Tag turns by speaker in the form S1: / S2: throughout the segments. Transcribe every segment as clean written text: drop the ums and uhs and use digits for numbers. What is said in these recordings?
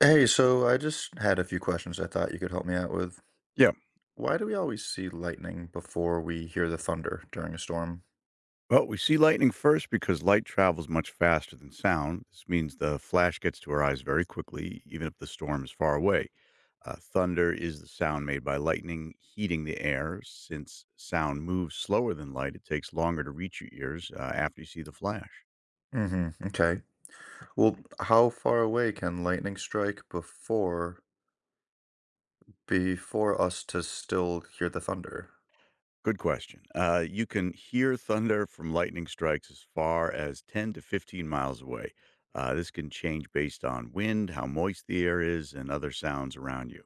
S1: Hey, so I just had a few questions I thought you could help me out with.
S2: Yeah.
S1: Why do we always see lightning before we hear the thunder during a storm?
S2: Well, we see lightning first because light travels much faster than sound. This means the flash gets to our eyes very quickly, even if the storm is far away. Thunder is the sound made by lightning heating the air. Since sound moves slower than light, it takes longer to reach your ears after you see the flash.
S1: Mm-hmm. Okay. Well, how far away can lightning strike before before us to still hear the thunder?
S2: Good question. You can hear thunder from lightning strikes as far as 10 to 15 miles away. This can change based on wind, how moist the air is, and other sounds around you.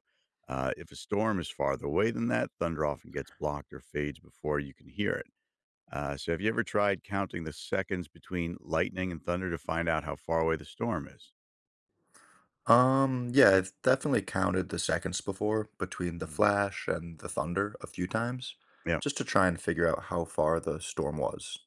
S2: If a storm is farther away than that, thunder often gets blocked or fades before you can hear it. So, have you ever tried counting the seconds between lightning and thunder to find out how far away the storm is?
S1: Yeah, I've definitely counted the seconds before between the
S2: Mhm.
S1: flash and the thunder a few times,
S2: Yeah.
S1: just to try and figure out how far the storm was.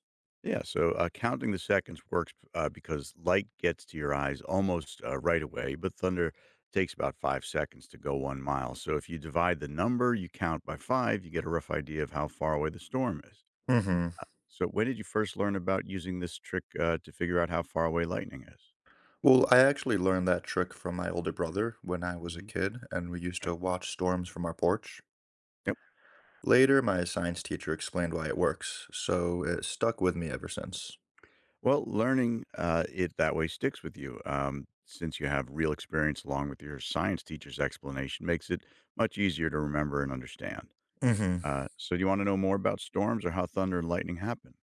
S2: Yeah, so, counting the seconds works because light gets to your eyes almost right away, but thunder takes about 5 seconds to go one mile. So if you divide the number you count by five, you get a rough idea of how far away the storm is.
S1: Mm-hmm.
S2: So when did you first learn about using this trick to figure out how far away lightning is?
S1: Well, I actually learned that trick from my older brother when I was a
S2: Hmm.
S1: kid, and we used
S2: Right.
S1: to watch storms from our porch.
S2: Yep.
S1: Later, my science teacher explained why it works, so it stuck with me ever since.
S2: Well, learning it that way sticks with you. Since you have real experience along with your science teacher's explanation, makes it much easier to remember and understand.
S1: Hmm.
S2: So, do you want to know more about storms or how thunder and lightning happen?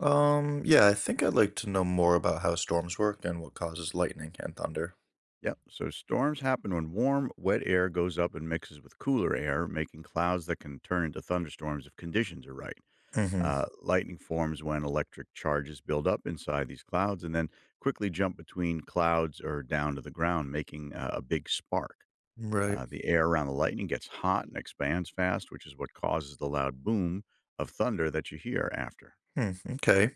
S1: Yeah, I think I'd like to know more about how storms work and what causes lightning and thunder.
S2: Yep. So storms happen when warm, wet air goes up and mixes with cooler air, making clouds that can turn into thunderstorms if conditions are right.
S1: Hmm.
S2: Lightning forms when electric charges build up inside these clouds and then quickly jump between clouds or down to the ground, making a big spark.
S1: Right.
S2: The air around the lightning gets hot and expands fast, which is what causes the loud boom of thunder that you hear after.
S1: Hmm, okay.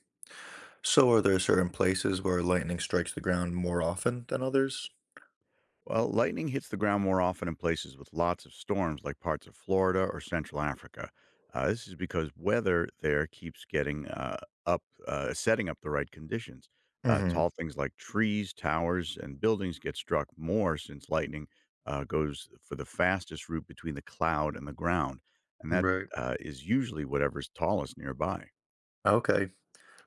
S1: So are there certain places where lightning strikes the ground more often than others?
S2: Well, lightning hits the ground more often in places with lots of storms, like parts of Florida or Central Africa. This is because weather there keeps getting setting up the right conditions.
S1: Hmm.
S2: Tall things like trees, towers, and buildings get struck more since lightning goes for the fastest route between the cloud and the ground, and that
S1: Right.
S2: uh, is usually whatever's tallest nearby.
S1: Okay.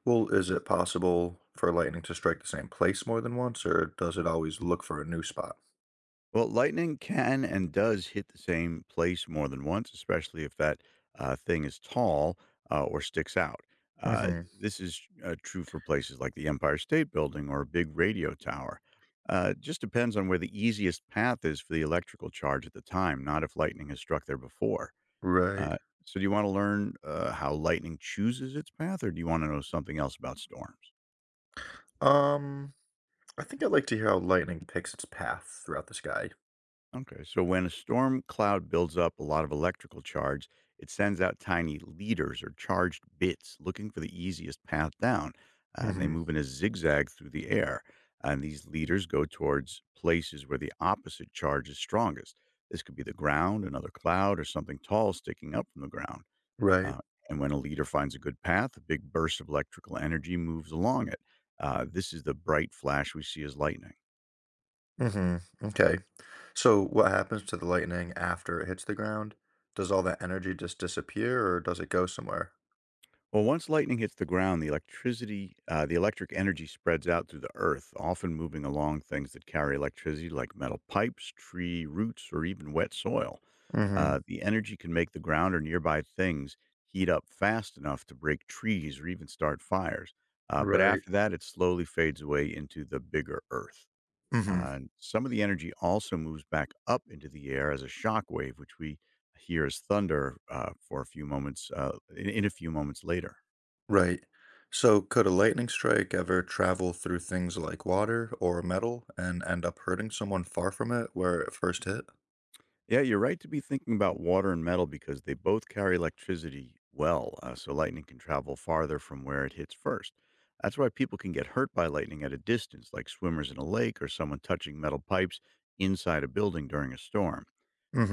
S1: Well, is it possible for lightning to strike the same place more than once, or does it always look for a new spot?
S2: Well, lightning can and does hit the same place more than once, especially if that thing is tall or sticks out. Uh,
S1: Hmm.
S2: this is true for places like the Empire State Building or a big radio tower. It just depends on where the easiest path is for the electrical charge at the time, not if lightning has struck there before.
S1: Right.
S2: Uh, so, do you want to learn how lightning chooses its path, or do you want to know something else about storms?
S1: Um, I think I'd like to hear how lightning picks its path throughout the sky.
S2: Okay, so when a storm cloud builds up a lot of electrical charge, it sends out tiny leaders or charged bits looking for the easiest path down. And they
S1: Hmm.
S2: move in a zigzag through the air. And these leaders go towards places where the opposite charge is strongest. This could be the ground, another cloud, or something tall sticking up from the ground.
S1: Right.
S2: Uh, and when a leader finds a good path, a big burst of electrical energy moves along it. This is the bright flash we see as lightning.
S1: Hmm. Okay. So what happens to the lightning after it hits the ground? Does all that energy just disappear, or does it go somewhere?
S2: Well, once lightning hits the ground, the electric energy spreads out through the earth, often moving along things that carry electricity, like metal pipes, tree roots, or even wet soil.
S1: Hmm.
S2: The energy can make the ground or nearby things heat up fast enough to break trees or even start fires. But
S1: Right.
S2: after that, it slowly fades away into the bigger earth.
S1: Hmm.
S2: And some of the energy also moves back up into the air as a shock wave, which we hear as thunder for a few moments in a few moments later.
S1: Right. So could a lightning strike ever travel through things like water or metal and end up hurting someone far from it where it first hit?
S2: Yeah, you're right to be thinking about water and metal because they both carry electricity well, so lightning can travel farther from where it hits first. That's why people can get hurt by lightning at a distance, like swimmers in a lake or someone touching metal pipes inside a building during a storm.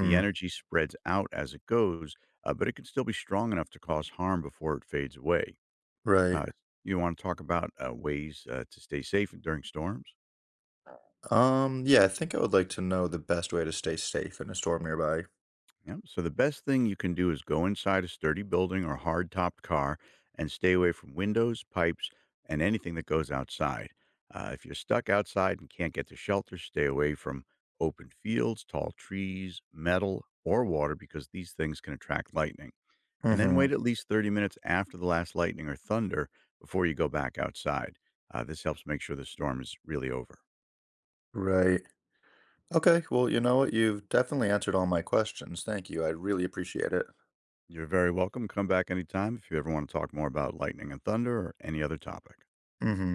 S2: The energy spreads out as it goes, but it can still be strong enough to cause harm before it fades away.
S1: Right.
S2: Uh, you want to talk about ways to stay safe during storms?
S1: Yeah, I think I would like to know the best way to stay safe in a storm nearby.
S2: Yep. So the best thing you can do is go inside a sturdy building or hard topped car and stay away from windows, pipes, and anything that goes outside. If you're stuck outside and can't get to shelter, stay away from open fields, tall trees, metal, or water because these things can attract lightning. And then
S1: Mm-hmm.
S2: wait at least 30 minutes after the last lightning or thunder before you go back outside. This helps make sure the storm is really over.
S1: Right. Okay, well, you know what? You've definitely answered all my questions. Thank you. I really appreciate it.
S2: You're very welcome. Come back anytime if you ever want to talk more about lightning and thunder or any other topic.
S1: Mm-hmm.